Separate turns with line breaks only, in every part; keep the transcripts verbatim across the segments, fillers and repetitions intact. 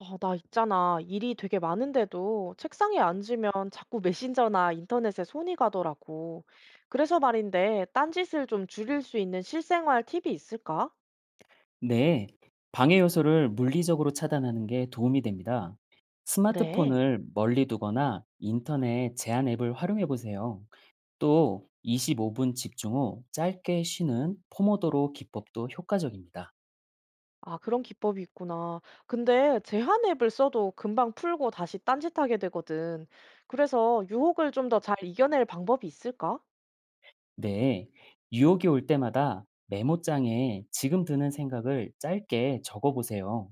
아, 나 있잖아. 일이 되게 많은데도 책상에 앉으면 자꾸 메신저나 인터넷에 손이 가더라고. 그래서 말인데, 딴짓을 좀 줄일 수 있는 실생활 팁이 있을까?
네, 방해 요소를 물리적으로 차단하는 게 도움이 됩니다.
그래.
스마트폰을 멀리 두거나 인터넷 제한 앱을 활용해 보세요. 또 이십오 분 집중 후 짧게 쉬는 포모도로 기법도 효과적입니다.
아, 그런 기법이 있구나. 근데 제한 앱을 써도 금방 풀고 다시 딴짓하게 되거든. 그래서 유혹을 좀 더 잘 이겨낼 방법이 있을까?
네, 유혹이 올 때마다 메모장에 지금 드는 생각을 짧게 적어 보세요.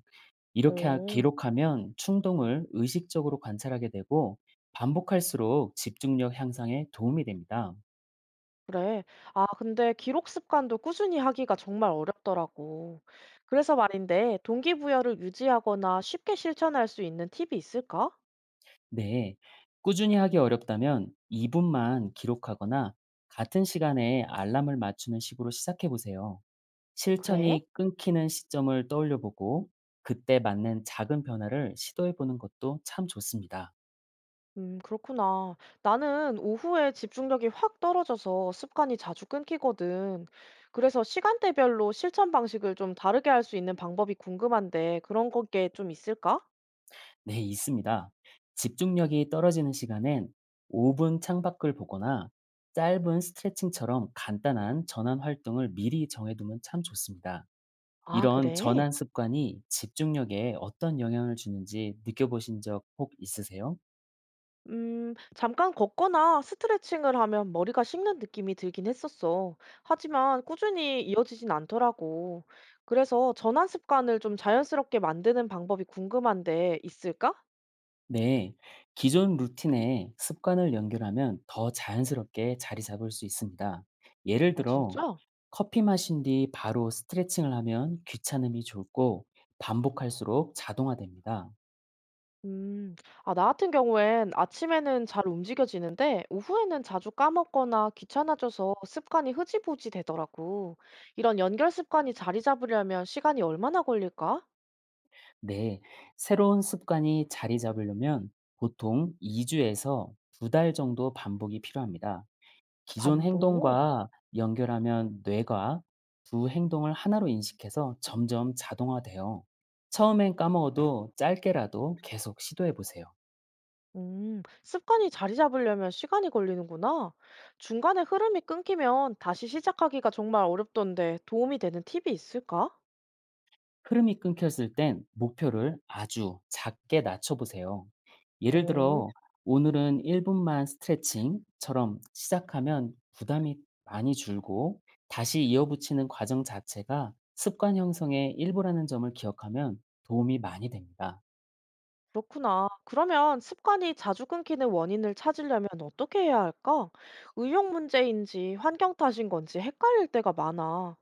이렇게 하-
어.
기록하면 충동을 의식적으로 관찰하게 되고 반복할수록 집중력 향상에 도움이 됩니다.
그래. 아, 근데 기록 습관도 꾸준히 하기가 정말 어렵더라고. 그래서 말인데, 동기부여를 유지하거나 쉽게 실천할 수 있는 팁이 있을까?
네. 꾸준히 하기 어렵다면 이 분만 기록하거나 같은 시간에 알람을 맞추는 식으로 시작해 보세요.
그래?
실천이 끊기는 시점을 떠올려 보고 그때 맞는 작은 변화를 시도해 보는 것도 참 좋습니다.
음, 그렇구나. 나는 오후에 집중력이 확 떨어져서 습관이 자주 끊기거든. 그래서 시간대별로 실천 방식을 좀 다르게 할 수 있는 방법이 궁금한데, 그런 게 좀 있을까?
네, 있습니다. 집중력이 떨어지는 시간엔 오 분 창밖을 보거나 짧은 스트레칭처럼 간단한 전환 활동을 미리 정해 두면 참 좋습니다.
아,
이런
그래?
전환 습관이 집중력에 어떤 영향을 주는지 느껴보신 적 혹 있으세요?
음, 잠깐 걷거나 스트레칭을 하면 머리가 식는 느낌이 들긴 했었어. 하지만 꾸준히 이어지진 않더라고. 그래서 전환 습관을 좀 자연스럽게 만드는 방법이 궁금한데 있을까?
네. 기존 루틴에 습관을 연결하면 더 자연스럽게 자리 잡을 수 있습니다. 예를
아,
들어
진짜?
커피 마신 뒤 바로 스트레칭을 하면 귀찮음이 줄고 반복할수록 자동화됩니다.
음, 아, 나 같은 경우엔 아침에는 잘 움직여지는데 오후에는 자주 까먹거나 귀찮아져서 습관이 흐지부지 되더라고. 이런 연결 습관이 자리 잡으려면 시간이 얼마나 걸릴까?
네. 새로운 습관이 자리 잡으려면 보통 이 주에서 두 달 정도 반복이 필요합니다. 기존
반복.
행동과 연결하면 뇌가 두 행동을 하나로 인식해서 점점 자동화돼요. 처음엔 까먹어도 짧게라도 계속 시도해 보세요.
음, 습관이 자리 잡으려면 시간이 걸리는구나. 중간에 흐름이 끊기면 다시 시작하기가 정말 어렵던데 도움이 되는 팁이 있을까?
흐름이 끊겼을 땐 목표를 아주 작게 낮춰보세요. 예를
오,
들어, 오늘은 일 분만 스트레칭처럼 시작하면 부담이 많이 줄고 다시 이어붙이는 과정 자체가 습관 형성의 일부라는 점을 기억하면 도움이 많이 됩니다.
그렇구나. 그러면 습관이 자주 끊기는 원인을 찾으려면 어떻게 해야 할까? 의욕 문제인지 환경 탓인 건지 헷갈릴 때가 많아.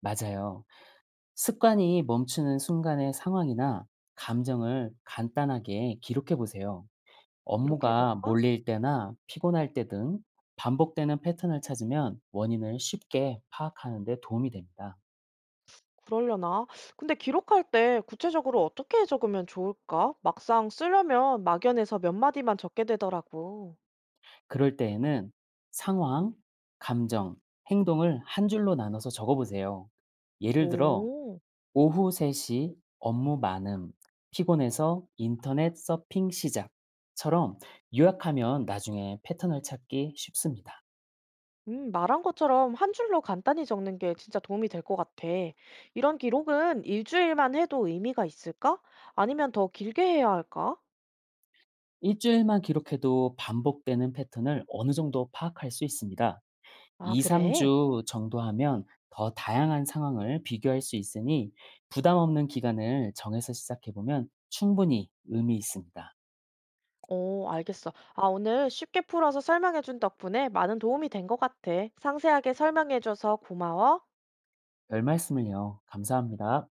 맞아요. 습관이 멈추는 순간의 상황이나 감정을 간단하게 기록해 보세요.
이렇게
업무가
해볼까?
몰릴 때나 피곤할 때 등 반복되는 패턴을 찾으면 원인을 쉽게 파악하는 데 도움이 됩니다.
그러려나? 근데 기록할 때 구체적으로 어떻게 적으면 좋을까? 막상 쓰려면 막연해서 몇 마디만 적게 되더라고.
그럴 때에는 상황, 감정, 행동을 한 줄로 나눠서 적어 보세요. 예를 들어,
오.
오후 세 시 업무 많음, 피곤해서 인터넷 서핑 시작처럼 요약하면 나중에 패턴을 찾기 쉽습니다.
음, 말한 것처럼 한 줄로 간단히 적는 게 진짜 도움이 될 것 같아. 이런 기록은 일주일만 해도 의미가 있을까? 아니면 더 길게 해야 할까?
일주일만 기록해도 반복되는 패턴을 어느 정도 파악할 수 있습니다.
아,
이,
그래?
삼 주 정도 하면 더 다양한 상황을 비교할 수 있으니 부담 없는 기간을 정해서 시작해보면 충분히 의미 있습니다.
어, 알겠어. 아, 오늘 쉽게 풀어서 설명해준 덕분에 많은 도움이 된 것 같아. 상세하게 설명해줘서 고마워.
별 말씀을요. 감사합니다.